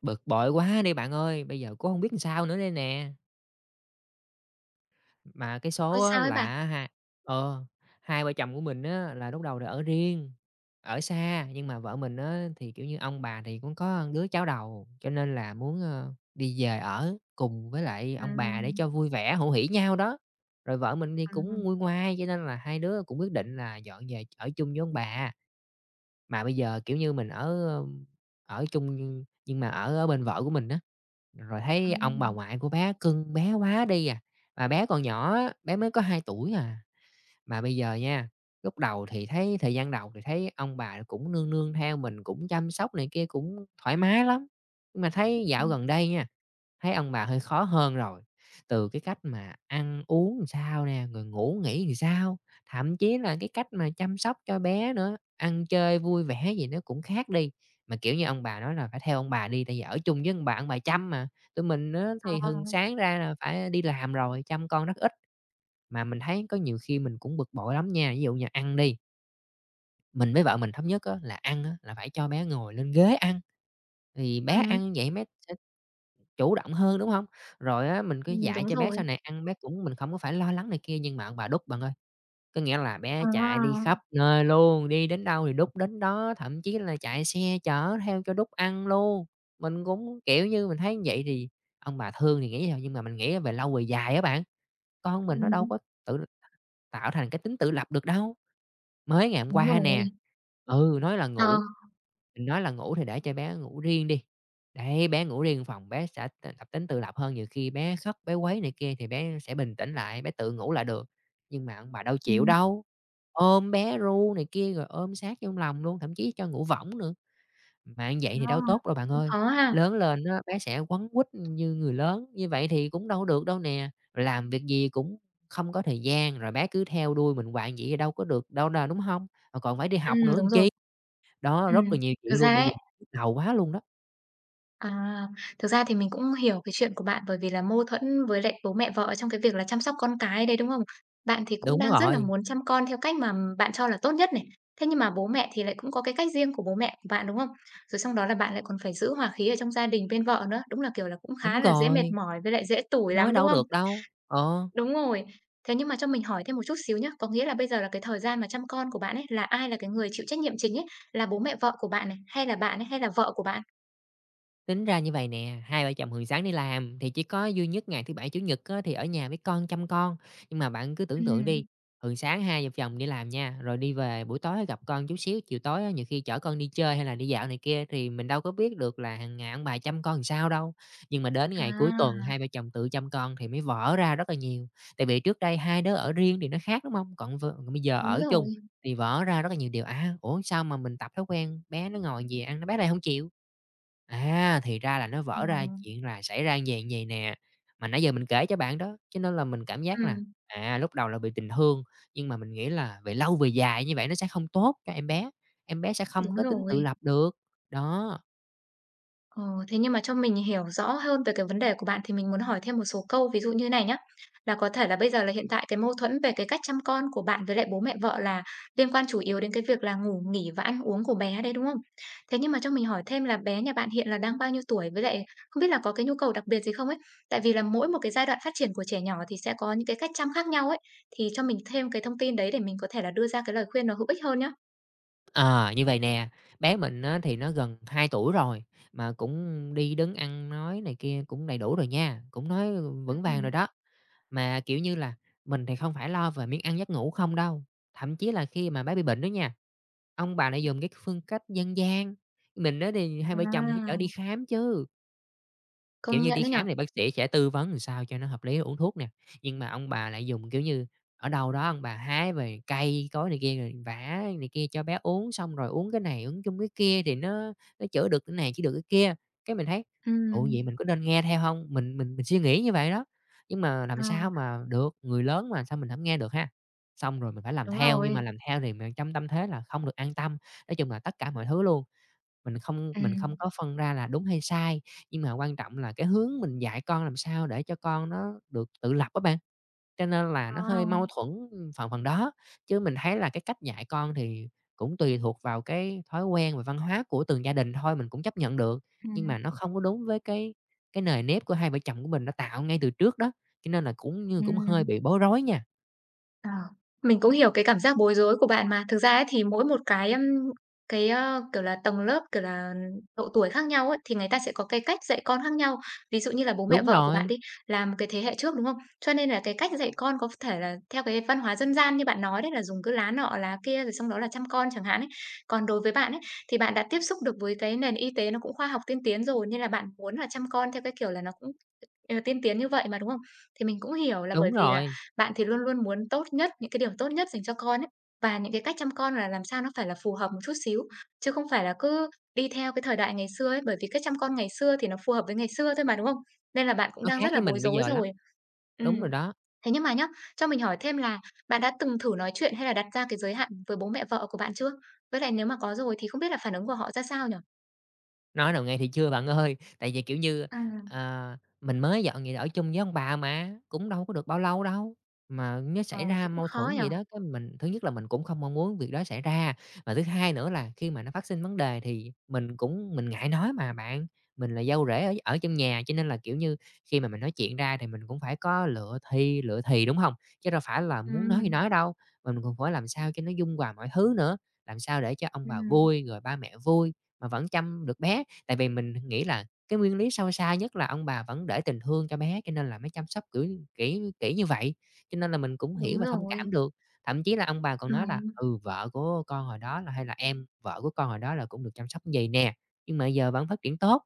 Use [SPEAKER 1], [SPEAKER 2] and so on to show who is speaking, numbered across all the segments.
[SPEAKER 1] Bực bội quá đi bạn ơi, bây giờ cũng không biết làm sao nữa đây nè. Mà cái số
[SPEAKER 2] Ôi,
[SPEAKER 1] á
[SPEAKER 2] sao ấy
[SPEAKER 1] là
[SPEAKER 2] bạn?
[SPEAKER 1] á ờ, hai vợ chồng của mình á là lúc đầu là ở riêng, ở xa, nhưng mà vợ mình á thì, kiểu như, ông bà thì cũng có đứa cháu đầu, cho nên là muốn, đi về ở cùng với lại ông bà để cho vui vẻ, hữu hỉ nhau đó. Rồi vợ mình thì cũng nguôi ngoai, cho nên là hai đứa cũng quyết định là dọn về ở chung với ông bà. Mà bây giờ, kiểu như, mình ở, ở chung nhưng mà ở ở bên vợ của mình á, rồi
[SPEAKER 2] Ờ.
[SPEAKER 1] thấy ông bà ngoại của bé cưng bé quá đi à, mà bé còn nhỏ á, bé mới có 2 tuổi à. Mà bây giờ nha, lúc đầu thì thấy thời gian đầu thì thấy ông bà cũng nương nương theo mình, cũng chăm sóc này kia cũng thoải mái lắm. Nhưng mà thấy dạo
[SPEAKER 2] Ừm.
[SPEAKER 1] gần đây nha, thấy ông bà hơi khó hơn rồi, từ cái cách mà ăn uống làm sao nè, rồi ngủ nghỉ làm sao, thậm chí là cái cách mà chăm sóc cho bé nữa, ăn chơi vui vẻ gì nó cũng khác đi. Mà, kiểu như, ông bà nói là phải theo ông bà đi, tại vì ở chung với ông bà chăm mà, tụi mình á thì
[SPEAKER 2] Ờ.
[SPEAKER 1] hừng sáng ra là phải đi làm rồi, chăm con rất ít. Mà mình thấy có nhiều khi mình cũng bực bội lắm nha, ví dụ như ăn đi, mình với vợ mình thống nhất á là ăn á là phải cho bé ngồi lên ghế ăn. Thì bé
[SPEAKER 2] Ừm.
[SPEAKER 1] ăn vậy bé sẽ chủ động hơn, đúng hông? Rồi á, mình cứ
[SPEAKER 2] Ừm,
[SPEAKER 1] dạy
[SPEAKER 2] đúng
[SPEAKER 1] cho bé sau
[SPEAKER 2] rồi.
[SPEAKER 1] này ăn bé cũng mình không có phải lo lắng này kia, nhưng mà ông bà đút bạn ơi, có nghĩa là bé
[SPEAKER 2] Ờ.
[SPEAKER 1] chạy đi khắp nơi luôn, đi đến đâu thì đút đến đó, thậm chí là chạy xe chở theo cho đút ăn luôn. Mình cũng, kiểu như, mình thấy vậy thì ông bà thương thì nghĩ sao, nhưng mà mình nghĩ về lâu về dài á bạn, con mình nó đâu
[SPEAKER 2] Ừm,
[SPEAKER 1] có tự tạo thành cái tính tự lập được đâu. Mới ngày hôm
[SPEAKER 2] đúng
[SPEAKER 1] qua
[SPEAKER 2] rồi.
[SPEAKER 1] nè, nói là
[SPEAKER 2] Ờ.
[SPEAKER 1] ngủ mình nói là ngủ thì để cho bé ngủ riêng đi. Đấy, bé ngủ riêng phòng bé sẽ tập tính tự lập hơn, nhiều khi bé khóc, bé quấy này kia thì bé sẽ bình tĩnh lại, bé tự ngủ lại được. Nhưng mà ông bà đâu chịu
[SPEAKER 2] Ừm.
[SPEAKER 1] đâu, ôm bé ru này kia, rồi ôm sát trong lòng luôn, thậm chí cho ngủ võng nữa, mà như vậy
[SPEAKER 2] Ờ,
[SPEAKER 1] thì đâu tốt đâu bạn
[SPEAKER 2] cũng
[SPEAKER 1] ơi.
[SPEAKER 2] khó ha.
[SPEAKER 1] Lớn lên á, bé sẽ quấn quýt như người lớn, như vậy thì cũng đâu được đâu nè, làm việc gì cũng không có thời gian, rồi bé cứ theo đuôi mình hoài vậy thì đâu có được đâu nè, đúng không? Mà còn phải đi học nữa
[SPEAKER 2] Đúng
[SPEAKER 1] làm
[SPEAKER 2] rồi.
[SPEAKER 1] chi. Đó,
[SPEAKER 2] Ừm,
[SPEAKER 1] rất là nhiều
[SPEAKER 2] thực
[SPEAKER 1] chuyện luôn,
[SPEAKER 2] ra
[SPEAKER 1] bây giờ
[SPEAKER 2] ấy
[SPEAKER 1] nhức đầu quá luôn đó.
[SPEAKER 2] À, thực ra thì mình cũng hiểu cái chuyện của bạn bởi vì là mâu thuẫn với lại bố mẹ vợ trong cái việc là chăm sóc con cái đấy, đúng không? Bạn thì cũng
[SPEAKER 1] Đúng
[SPEAKER 2] đang rất là
[SPEAKER 1] rồi,
[SPEAKER 2] muốn chăm con theo cách mà bạn cho là tốt nhất này. Thế nhưng mà bố mẹ thì lại cũng có cái cách riêng của bố mẹ của bạn, đúng không? Rồi xong đó là bạn lại còn phải giữ hòa khí ở trong gia đình bên vợ nữa, đúng là, kiểu là, cũng
[SPEAKER 1] đúng
[SPEAKER 2] khá là dễ mệt
[SPEAKER 1] rồi,
[SPEAKER 2] mỏi với lại dễ tủi
[SPEAKER 1] nói
[SPEAKER 2] lắm, đúng
[SPEAKER 1] đâu
[SPEAKER 2] không?
[SPEAKER 1] được đâu. Ờ.
[SPEAKER 2] Đúng rồi. Thế nhưng mà cho mình hỏi thêm một chút xíu nhá, có nghĩa là bây giờ là cái thời gian mà chăm con của bạn ấy, là ai là cái người chịu trách nhiệm chính ấy? Là bố mẹ vợ của bạn này, hay là bạn ấy, hay là vợ của bạn?
[SPEAKER 1] Tính ra như vậy nè, hai vợ chồng thường sáng đi làm thì chỉ có duy nhất ngày thứ Bảy, Chủ nhật á thì ở nhà với con, chăm con. Nhưng mà bạn cứ tưởng tượng
[SPEAKER 2] Ừm.
[SPEAKER 1] đi, thường sáng hai vợ chồng đi làm nha, rồi đi về buổi tối gặp con chút xíu, chiều tối á nhiều khi chở con đi chơi hay là đi dạo này kia thì mình đâu có biết được là hằng ngày ông bà chăm con làm sao đâu. Nhưng mà đến ngày cuối tuần
[SPEAKER 2] À.
[SPEAKER 1] hai vợ chồng tự chăm con thì mới vỡ ra rất là nhiều. Tại vì trước đây hai đứa ở riêng thì nó khác, đúng không? Còn còn bây giờ
[SPEAKER 2] Đúng
[SPEAKER 1] ở chung
[SPEAKER 2] rồi.
[SPEAKER 1] thì vỡ ra rất là nhiều điều, à, ủa, sao mà mình tập thói quen bé nó ngồi gì ăn, nó bé này không chịu. À, thì ra là nó
[SPEAKER 2] Ờ.
[SPEAKER 1] vỡ ra chuyện là xảy ra vầy vậy nè, mà nãy giờ mình kể cho bạn đó, cho nên là mình cảm giác là,
[SPEAKER 2] Ừm,
[SPEAKER 1] à, lúc đầu là bị tình thương, nhưng mà mình nghĩ là về lâu về dài như vậy nó sẽ không tốt cho em bé sẽ không
[SPEAKER 2] đúng
[SPEAKER 1] có tính tự
[SPEAKER 2] rồi.
[SPEAKER 1] lập được. Đó,
[SPEAKER 2] Ờ, thế nhưng mà cho mình hiểu rõ hơn về cái vấn đề của bạn thì mình muốn hỏi thêm một số câu, ví dụ như này nhá, là có thể là bây giờ là hiện tại cái mâu thuẫn về cái cách chăm con của bạn với lại bố mẹ vợ là liên quan chủ yếu đến cái việc là ngủ nghỉ và ăn uống của bé đấy, đúng không? Thế nhưng mà cho mình hỏi thêm là bé nhà bạn hiện là đang bao nhiêu tuổi? Với lại không biết là có cái nhu cầu đặc biệt gì không ấy? Tại vì là mỗi một cái giai đoạn phát triển của trẻ nhỏ thì sẽ có những cái cách chăm khác nhau ấy, thì cho mình thêm cái thông tin đấy để mình có thể là đưa ra cái lời khuyên nó hữu ích hơn nhá.
[SPEAKER 1] à như vậy nè, bé mình á thì nó gần 2 tuổi rồi, mà cũng đi đứng ăn nói này kia cũng đầy đủ rồi nha, cũng nói vững vàng rồi
[SPEAKER 2] Ừm.
[SPEAKER 1] đó. Mà, kiểu như là, mình thì không phải lo về miếng ăn giấc ngủ không đâu, thậm chí là khi mà bé bị bệnh đó nha, ông bà lại dùng cái phương cách dân gian, mình á thì hai vợ chồng phải chở
[SPEAKER 2] À.
[SPEAKER 1] đi khám chứ. Kiểu
[SPEAKER 2] Công
[SPEAKER 1] như,
[SPEAKER 2] nhận
[SPEAKER 1] đi
[SPEAKER 2] đấy nhở.
[SPEAKER 1] khám thì bác sĩ sẽ tư vấn làm sao cho nó hợp lý uống thuốc nè, nhưng mà ông bà lại dùng, kiểu như, ở đâu đó ông bà hái về cây cối này kia rồi vả này kia cho bé uống, xong rồi uống cái này uống chung cái kia thì nó chữa được cái này, chữa được cái kia. Cái mình thấy, "Ủa,
[SPEAKER 2] Ừm.
[SPEAKER 1] vậy mình có nên nghe theo không? Mình suy nghĩ như vậy đó, nhưng mà làm
[SPEAKER 2] Ờ,
[SPEAKER 1] sao mà được, người lớn mà sao mình không nghe được ha. Xong rồi mình phải làm
[SPEAKER 2] đúng
[SPEAKER 1] theo, nhưng
[SPEAKER 2] rồi.
[SPEAKER 1] mà làm theo thì mình trong tâm thế là không được an tâm, nói chung là tất cả mọi thứ luôn. Mình không mình
[SPEAKER 2] Ừm.
[SPEAKER 1] không có phân ra là đúng hay sai, nhưng mà quan trọng là cái hướng mình dạy con làm sao để cho con nó được tự lập á bạn, cho nên là
[SPEAKER 2] Ờ.
[SPEAKER 1] nó hơi mâu thuẫn, phần phần đó. Chứ mình thấy là cái cách dạy con thì cũng tùy thuộc vào cái thói quen và văn hóa của từng gia đình thôi, mình cũng chấp nhận được, nhưng
[SPEAKER 2] Ừm.
[SPEAKER 1] mà nó không có đúng với cái nề nếp của hai vợ chồng của mình đã tạo ngay từ trước đó, cho nên là cũng như cũng hơi
[SPEAKER 2] Ừm.
[SPEAKER 1] bị bối rối nha.
[SPEAKER 2] Ờ, mình cũng hiểu cái cảm giác bối rối của bạn mà. Thực ra ấy thì mỗi một cái, kiểu là, tầng lớp, kiểu là, độ tuổi khác nhau ấy, thì người ta sẽ có cái cách dạy con khác nhau. Ví dụ như là bố mẹ
[SPEAKER 1] Đúng
[SPEAKER 2] vợ của bạn
[SPEAKER 1] rồi,
[SPEAKER 2] đi, là một cái thế hệ trước, đúng không? Cho nên là cái cách dạy con có thể là theo cái văn hóa dân gian như bạn nói đấy, là dùng cứ lá nọ lá kia rồi xong đó là chăm con chẳng hạn ấy. Còn đối với bạn ấy, thì bạn đã tiếp xúc được với cái nền y tế nó cũng khoa học tiên tiến rồi, nên là bạn muốn là chăm con theo cái kiểu là nó cũng ờ, tiên tiến như vậy mà, đúng không? Thì mình cũng hiểu là bởi
[SPEAKER 1] đúng
[SPEAKER 2] vì là
[SPEAKER 1] rồi,
[SPEAKER 2] bạn thì luôn luôn muốn tốt nhất, những cái điều tốt nhất dành cho con ấy, và những cái cách chăm con là làm sao nó phải là phù hợp một chút xíu, chứ không phải là cứ đi theo cái thời đại ngày xưa ấy, bởi vì cách chăm con ngày xưa thì nó phù hợp với ngày xưa thôi mà, đúng không? Nên là bạn cũng
[SPEAKER 1] nó
[SPEAKER 2] đang
[SPEAKER 1] khác
[SPEAKER 2] rất
[SPEAKER 1] với
[SPEAKER 2] là bối
[SPEAKER 1] mình bây
[SPEAKER 2] rối
[SPEAKER 1] giờ lắm,
[SPEAKER 2] rồi. Ừm,
[SPEAKER 1] đúng rồi đó.
[SPEAKER 2] thế nhưng mà nhá, cho mình hỏi thêm là bạn đã từng thử nói chuyện hay là đặt ra cái giới hạn với bố mẹ vợ của bạn chưa? Với lại nếu mà có rồi thì không biết là phản ứng của họ ra sao nhở?
[SPEAKER 1] Nói đầu nghe thì chưa bạn ơi, tại vì, kiểu như,
[SPEAKER 2] À.
[SPEAKER 1] mình mới dọn về ở chung với ông bà mà, cũng đâu có được bao lâu đâu, mà nếu
[SPEAKER 2] Ờ,
[SPEAKER 1] xảy ra
[SPEAKER 2] thế cũng
[SPEAKER 1] mâu
[SPEAKER 2] khó
[SPEAKER 1] thuẫn gì
[SPEAKER 2] nhở.
[SPEAKER 1] đó, cái mình thứ nhất là mình cũng không mong muốn việc đó xảy ra, và thứ hai nữa là khi mà nó phát sinh vấn đề thì mình cũng mình ngại nói mà bạn, mình là dâu rể ở ở trong nhà cho nên là, kiểu như, khi mà mình nói chuyện ra thì mình cũng phải có lựa thì, đúng không? Chứ đâu phải là muốn nói thì
[SPEAKER 2] Ừm.
[SPEAKER 1] nói đâu, mình còn phải làm sao cho nó dung hòa mọi thứ nữa, làm sao để cho ông bà
[SPEAKER 2] Ừm,
[SPEAKER 1] vui, rồi ba mẹ vui mà vẫn chăm được bé. Tại vì mình nghĩ là cái nguyên lý sâu xa nhất là ông bà vẫn để tình thương cho bé, cho nên là mới chăm sóc, kiểu, kỹ kỹ như vậy, cho nên là mình cũng
[SPEAKER 2] đúng
[SPEAKER 1] hiểu và thông
[SPEAKER 2] rồi.
[SPEAKER 1] cảm được. Thậm chí là ông bà còn nói là
[SPEAKER 2] Ừm.
[SPEAKER 1] "Ừ, vợ của con hồi đó là hay là em vợ của con hồi đó là cũng được chăm sóc như vầy nè, nhưng mà giờ vẫn phát triển tốt."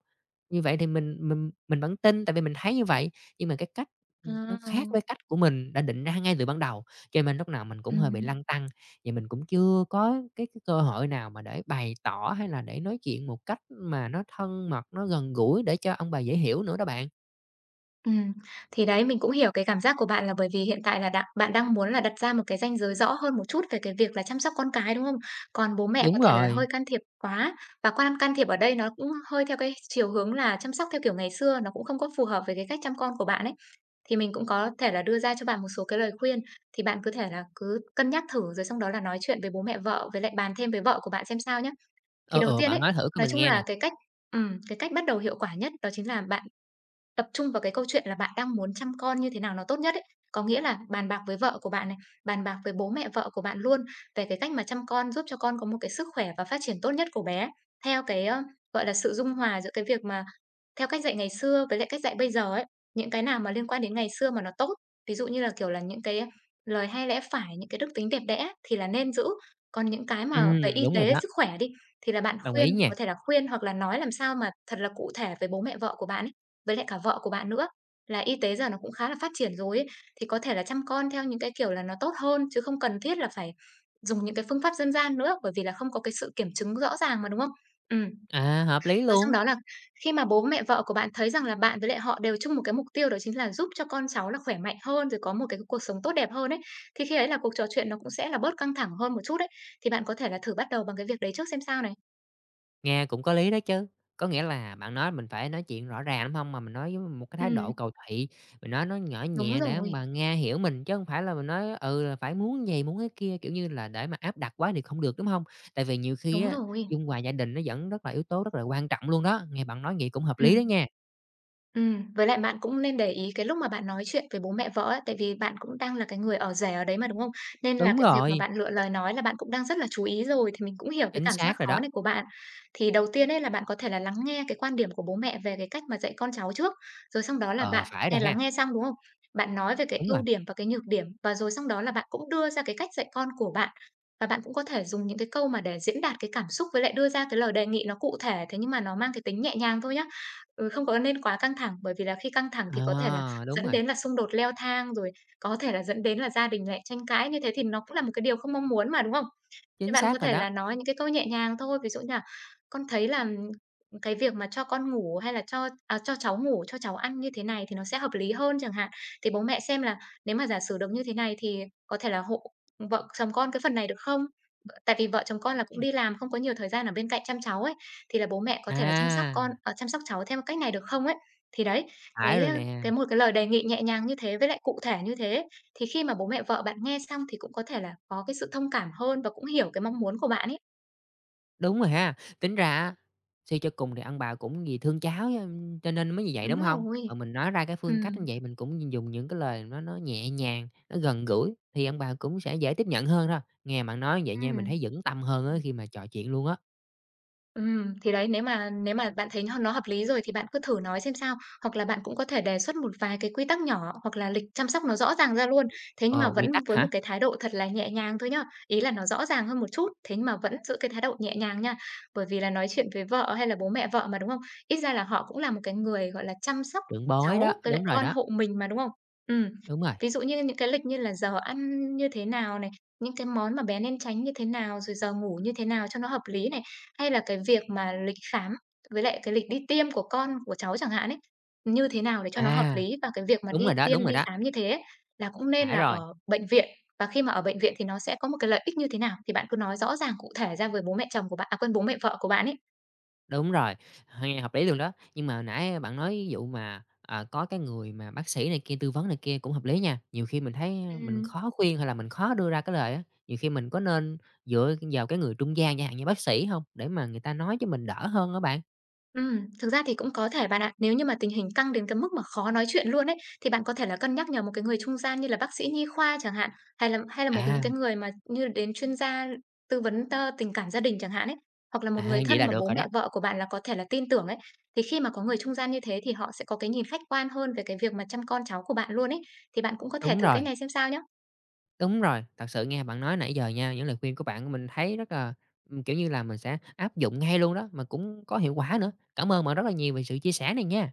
[SPEAKER 1] Như vậy thì mình vẫn tin, tại vì mình thấy như vậy, nhưng mà cái cách, ừ, nó khác với
[SPEAKER 2] À.
[SPEAKER 1] cách của mình đã định ra ngay từ ban đầu, cho nên lúc nào mình cũng hơi bị
[SPEAKER 2] Ừm.
[SPEAKER 1] lăn tăn. Vậy mình cũng chưa có cái cơ hội nào mà để bày tỏ hay là để nói chuyện một cách mà nó thân mật, nó gần gũi để cho ông bà dễ hiểu nữa đó bạn.
[SPEAKER 2] Ừm. Thì đấy, mình cũng hiểu cái cảm giác của bạn là bởi vì hiện tại là đặng bạn đang muốn là đặt ra một cái ranh giới rõ hơn một chút về cái việc là chăm sóc con cái, đúng không? Còn bố mẹ có
[SPEAKER 1] Đúng
[SPEAKER 2] thể là
[SPEAKER 1] rồi,
[SPEAKER 2] hơi can thiệp quá, và can thiệp ở đây nó cũng hơi theo cái chiều hướng là chăm sóc theo kiểu ngày xưa, nó cũng không có phù hợp với cái cách chăm con của bạn ấy. Thì mình cũng có thể là đưa ra cho bạn một số cái lời khuyên, thì bạn cứ thể là cứ cân nhắc thử rồi xong đó là nói chuyện với bố mẹ vợ, với lại bàn thêm với vợ của bạn xem sao nhá.
[SPEAKER 1] ờ
[SPEAKER 2] Thì đầu
[SPEAKER 1] ờ
[SPEAKER 2] tiên
[SPEAKER 1] bạn
[SPEAKER 2] ấy,
[SPEAKER 1] nói thử cho
[SPEAKER 2] nói
[SPEAKER 1] mình
[SPEAKER 2] chung
[SPEAKER 1] nghe nè.
[SPEAKER 2] là cái cách bắt đầu hiệu quả nhất đó chính là bạn tập trung vào cái câu chuyện là bạn đang muốn chăm con như thế nào nó tốt nhất ấy. Có nghĩa là bàn bạc với vợ của bạn này, bàn bạc với bố mẹ vợ của bạn luôn về cái cách mà chăm con giúp cho con có một cái sức khỏe và phát triển tốt nhất của bé theo cái gọi là, sự dung hòa giữa cái việc mà theo cách dạy ngày xưa với lại cách dạy bây giờ ấy, những cái nào mà liên quan đến ngày xưa mà nó tốt, ví dụ như là, kiểu là, những cái lời hay lẽ phải, những cái đức tính đẹp đẽ thì là nên giữ. Còn những cái mà về y
[SPEAKER 1] Đúng rồi
[SPEAKER 2] tế,
[SPEAKER 1] đó,
[SPEAKER 2] sức khỏe đi, thì là bạn
[SPEAKER 1] đồng ý
[SPEAKER 2] khuyên
[SPEAKER 1] nha.
[SPEAKER 2] có thể là khuyên hoặc là nói làm sao mà thật là cụ thể với bố mẹ vợ của bạn ấy, với lại cả vợ của bạn nữa, là y tế giờ nó cũng khá là phát triển rồi ấy, thì có thể là chăm con theo những cái kiểu là nó tốt hơn, chứ không cần thiết là phải dùng những cái phương pháp dân gian nữa, bởi vì là không có cái sự kiểm chứng rõ ràng mà, đúng không? Ừm,
[SPEAKER 1] À, hợp lý
[SPEAKER 2] rồi xong
[SPEAKER 1] luôn.
[SPEAKER 2] đó là khi mà bố mẹ vợ của bạn thấy rằng là bạn với lại họ đều chung một cái mục tiêu đó chính là giúp cho con cháu là khỏe mạnh hơn, rồi có một cái cuộc sống tốt đẹp hơn ấy, thì khi ấy là cuộc trò chuyện nó cũng sẽ là bớt căng thẳng hơn một chút đấy. Thì bạn có thể là thử bắt đầu bằng cái việc đấy trước xem sao này.
[SPEAKER 1] Nghe cũng có lý đó chứ. Có nghĩa là bạn nói mình phải nói chuyện rõ ràng, đúng không? Mà mình nói với một cái thái độ
[SPEAKER 2] Ừm,
[SPEAKER 1] cầu thị, mình nói nó nhỏ
[SPEAKER 2] đúng
[SPEAKER 1] nhẹ để ông
[SPEAKER 2] rồi,
[SPEAKER 1] bà nghe hiểu mình, chứ không phải là mình nói, ừ, là phải muốn vầy, muốn cái kia, kiểu như là, để mà áp đặt quá thì không được, đúng không? Tại vì nhiều khi
[SPEAKER 2] đúng
[SPEAKER 1] á,
[SPEAKER 2] rồi.
[SPEAKER 1] dung hòa gia đình nó vẫn rất là yếu tố rất là quan trọng luôn đó. Nghe bạn nói vậy cũng hợp lý đó
[SPEAKER 2] Ừm.
[SPEAKER 1] nha.
[SPEAKER 2] Với lại bạn cũng nên để ý cái lúc mà bạn nói chuyện với bố mẹ vợ ấy, tại vì bạn cũng đang là cái người ở rể ở đấy mà, đúng không? Nên là
[SPEAKER 1] Đúng
[SPEAKER 2] cái việc mà
[SPEAKER 1] rồi,
[SPEAKER 2] bạn lựa lời nói là bạn cũng đang rất là chú ý rồi, thì mình cũng hiểu cái
[SPEAKER 1] chính
[SPEAKER 2] cảm giác
[SPEAKER 1] xác rồi đó.
[SPEAKER 2] khó này của bạn. Thì đầu tiên ấy là bạn có thể là lắng nghe cái quan điểm của bố mẹ về cái cách mà dạy con cháu trước, rồi sau đó là
[SPEAKER 1] Ờ,
[SPEAKER 2] bạn
[SPEAKER 1] phải rồi
[SPEAKER 2] lắng
[SPEAKER 1] ha.
[SPEAKER 2] nghe xong, đúng không? Bạn nói về cái
[SPEAKER 1] Đúng rồi.
[SPEAKER 2] ưu điểm và cái nhược điểm và rồi sau đó là bạn cũng đưa ra cái cách dạy con của bạn. Và bạn cũng có thể dùng những cái câu mà để diễn đạt cái cảm xúc với lại đưa ra cái lời đề nghị nó cụ thể thế nhưng mà nó mang cái tính nhẹ nhàng thôi nhá. Ừ, không có nên quá căng thẳng, bởi vì là khi căng thẳng thì có thể là
[SPEAKER 1] Ờ, đúng
[SPEAKER 2] dẫn
[SPEAKER 1] rồi,
[SPEAKER 2] đến là xung đột leo thang, rồi có thể là dẫn đến là gia đình lại tranh cãi, như thế thì nó cũng là một cái điều không mong muốn mà, đúng không? Thì
[SPEAKER 1] chính
[SPEAKER 2] bạn có
[SPEAKER 1] xác rồi
[SPEAKER 2] thể
[SPEAKER 1] đó.
[SPEAKER 2] là nói những cái câu nhẹ nhàng thôi, ví dụ như là "Con thấy là, cái việc mà cho con ngủ hay là cho à, cho cháu ngủ, cho cháu ăn như thế này thì nó sẽ hợp lý hơn" chẳng hạn. Thì bố mẹ xem là nếu mà giả sử được như thế này thì có thể là hộ vợ chồng con cái phần này được không? Tại vì vợ chồng con là cũng đi làm, không có nhiều thời gian ở bên cạnh chăm cháu ấy thì là bố mẹ có thể là chăm sóc con
[SPEAKER 1] À,
[SPEAKER 2] ờ, chăm sóc cháu theo cách này được không ấy? Thì đấy,
[SPEAKER 1] phải
[SPEAKER 2] cái,
[SPEAKER 1] rồi
[SPEAKER 2] ơ,
[SPEAKER 1] nè.
[SPEAKER 2] cái một cái lời đề nghị nhẹ nhàng như thế với lại cụ thể như thế ấy, thì khi mà bố mẹ vợ bạn nghe xong thì cũng có thể là có cái sự thông cảm hơn và cũng hiểu cái mong muốn của bạn ấy.
[SPEAKER 1] Đúng rồi ha. Tính ra á, suy cho cùng thì ông bà cũng vì thương cháu cho nên mới như vậy,
[SPEAKER 2] Đúng
[SPEAKER 1] đúng hông? Mà
[SPEAKER 2] rồi.
[SPEAKER 1] mình nói ra cái phương cách
[SPEAKER 2] Ừm.
[SPEAKER 1] như vậy, mình cũng dùng những cái lời nó nhẹ nhàng, nó gần gũi thì ông bà cũng sẽ dễ tiếp nhận hơn thôi. Nghe bạn nói vậy nha, mình thấy vững tâm hơn á
[SPEAKER 2] Ừm.
[SPEAKER 1] khi mà trò chuyện luôn á.
[SPEAKER 2] Thì đấy, nếu mà bạn thấy nó hợp lý rồi thì bạn cứ thử nói xem sao. Hoặc là bạn cũng có thể đề xuất một vài cái quy tắc nhỏ, hoặc là lịch chăm sóc nó rõ ràng ra luôn. Thế nhưng mà
[SPEAKER 1] Ờ, quy
[SPEAKER 2] vẫn
[SPEAKER 1] tắc
[SPEAKER 2] với
[SPEAKER 1] hả?
[SPEAKER 2] một cái thái độ thật là nhẹ nhàng thôi nhá. Ý là nó rõ ràng hơn một chút, thế nhưng mà vẫn giữ cái thái độ nhẹ nhàng nha. Bởi vì là nói chuyện với vợ hay là bố mẹ vợ mà, đúng không? Ít ra là họ cũng là một cái người, gọi là, chăm sóc
[SPEAKER 1] Trưởng bối
[SPEAKER 2] cháu
[SPEAKER 1] đó,
[SPEAKER 2] với lại
[SPEAKER 1] đúng rồi
[SPEAKER 2] con
[SPEAKER 1] đó,
[SPEAKER 2] hộ mình mà, đúng không? Ừm.
[SPEAKER 1] đúng rồi.
[SPEAKER 2] Ví dụ như những cái lịch như là giờ ăn như thế nào này, những cái món mà bé nên tránh như thế nào, rồi giờ ngủ như thế nào cho nó hợp lý này. Hay là cái việc mà lịch khám với lại cái lịch đi tiêm của con, của cháu chẳng hạn ấy, như thế nào để cho nó hợp
[SPEAKER 1] À,
[SPEAKER 2] lý? Và cái việc mà đi
[SPEAKER 1] đúng
[SPEAKER 2] tiêm,
[SPEAKER 1] rồi
[SPEAKER 2] đi
[SPEAKER 1] đó,
[SPEAKER 2] khám như thế ấy, là cũng nên
[SPEAKER 1] phải
[SPEAKER 2] là
[SPEAKER 1] rồi.
[SPEAKER 2] ở bệnh viện, và khi mà ở bệnh viện thì nó sẽ có một cái lợi ích như thế nào? Thì bạn cứ nói rõ ràng cụ thể ra với bố mẹ chồng của bạn à, quên, bố mẹ vợ của bạn ấy.
[SPEAKER 1] Đúng rồi, nghe hợp lý luôn đó. Nhưng mà hồi nãy bạn nói ví dụ mà, à, có cái người mà bác sĩ này kia tư vấn này kia cũng hợp lý nha. Nhiều khi mình thấy, mình
[SPEAKER 2] Ừm.
[SPEAKER 1] khó khuyên hay là mình khó đưa ra cái lời á, nhiều khi mình có nên dựa vào cái người trung gian chẳng hạn như bác sĩ không? Để mà người ta nói cho mình đỡ hơn đó bạn.
[SPEAKER 2] Thực ra thì cũng có thể bạn ạ. Nếu như mà tình hình căng đến cái mức mà khó nói chuyện luôn ấy, thì bạn có thể là cân nhắc nhờ một cái người trung gian như là bác sĩ nhi khoa chẳng hạn, hay là một cái
[SPEAKER 1] À,
[SPEAKER 2] những cái người mà như đến chuyên gia tư vấn tình cảm gia đình chẳng hạn ấy, hoặc là một
[SPEAKER 1] à,
[SPEAKER 2] người
[SPEAKER 1] vậy
[SPEAKER 2] thân
[SPEAKER 1] là
[SPEAKER 2] mà
[SPEAKER 1] được
[SPEAKER 2] bố
[SPEAKER 1] rồi đó.
[SPEAKER 2] mẹ vợ của bạn là có thể là tin tưởng ấy. Thì khi mà có người trung gian như thế thì họ sẽ có cái nhìn khách quan hơn về cái việc mà chăm con cháu của bạn luôn ấy, thì bạn cũng có thể
[SPEAKER 1] Đúng
[SPEAKER 2] thử cái
[SPEAKER 1] rồi,
[SPEAKER 2] này xem sao nhé.
[SPEAKER 1] đúng rồi. Thật sự nghe bạn nói nãy giờ nha, những lời khuyên của bạn mình thấy rất là, kiểu như là, mình sẽ áp dụng ngay luôn đó, mà cũng có hiệu quả nữa. Cảm ơn bạn rất là nhiều về sự chia sẻ này nha.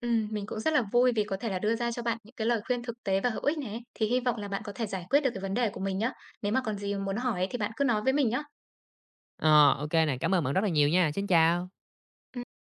[SPEAKER 2] Mình cũng rất là vui vì có thể là đưa ra cho bạn những cái lời khuyên thực tế và hữu ích này. Thì hy vọng là bạn có thể giải quyết được cái vấn đề của mình nhá. Nếu mà còn gì muốn hỏi thì bạn cứ nói với mình nhá.
[SPEAKER 1] Ờ, ô nè, cảm ơn bạn rất là nhiều nha. Xin chào.
[SPEAKER 2] Ừm.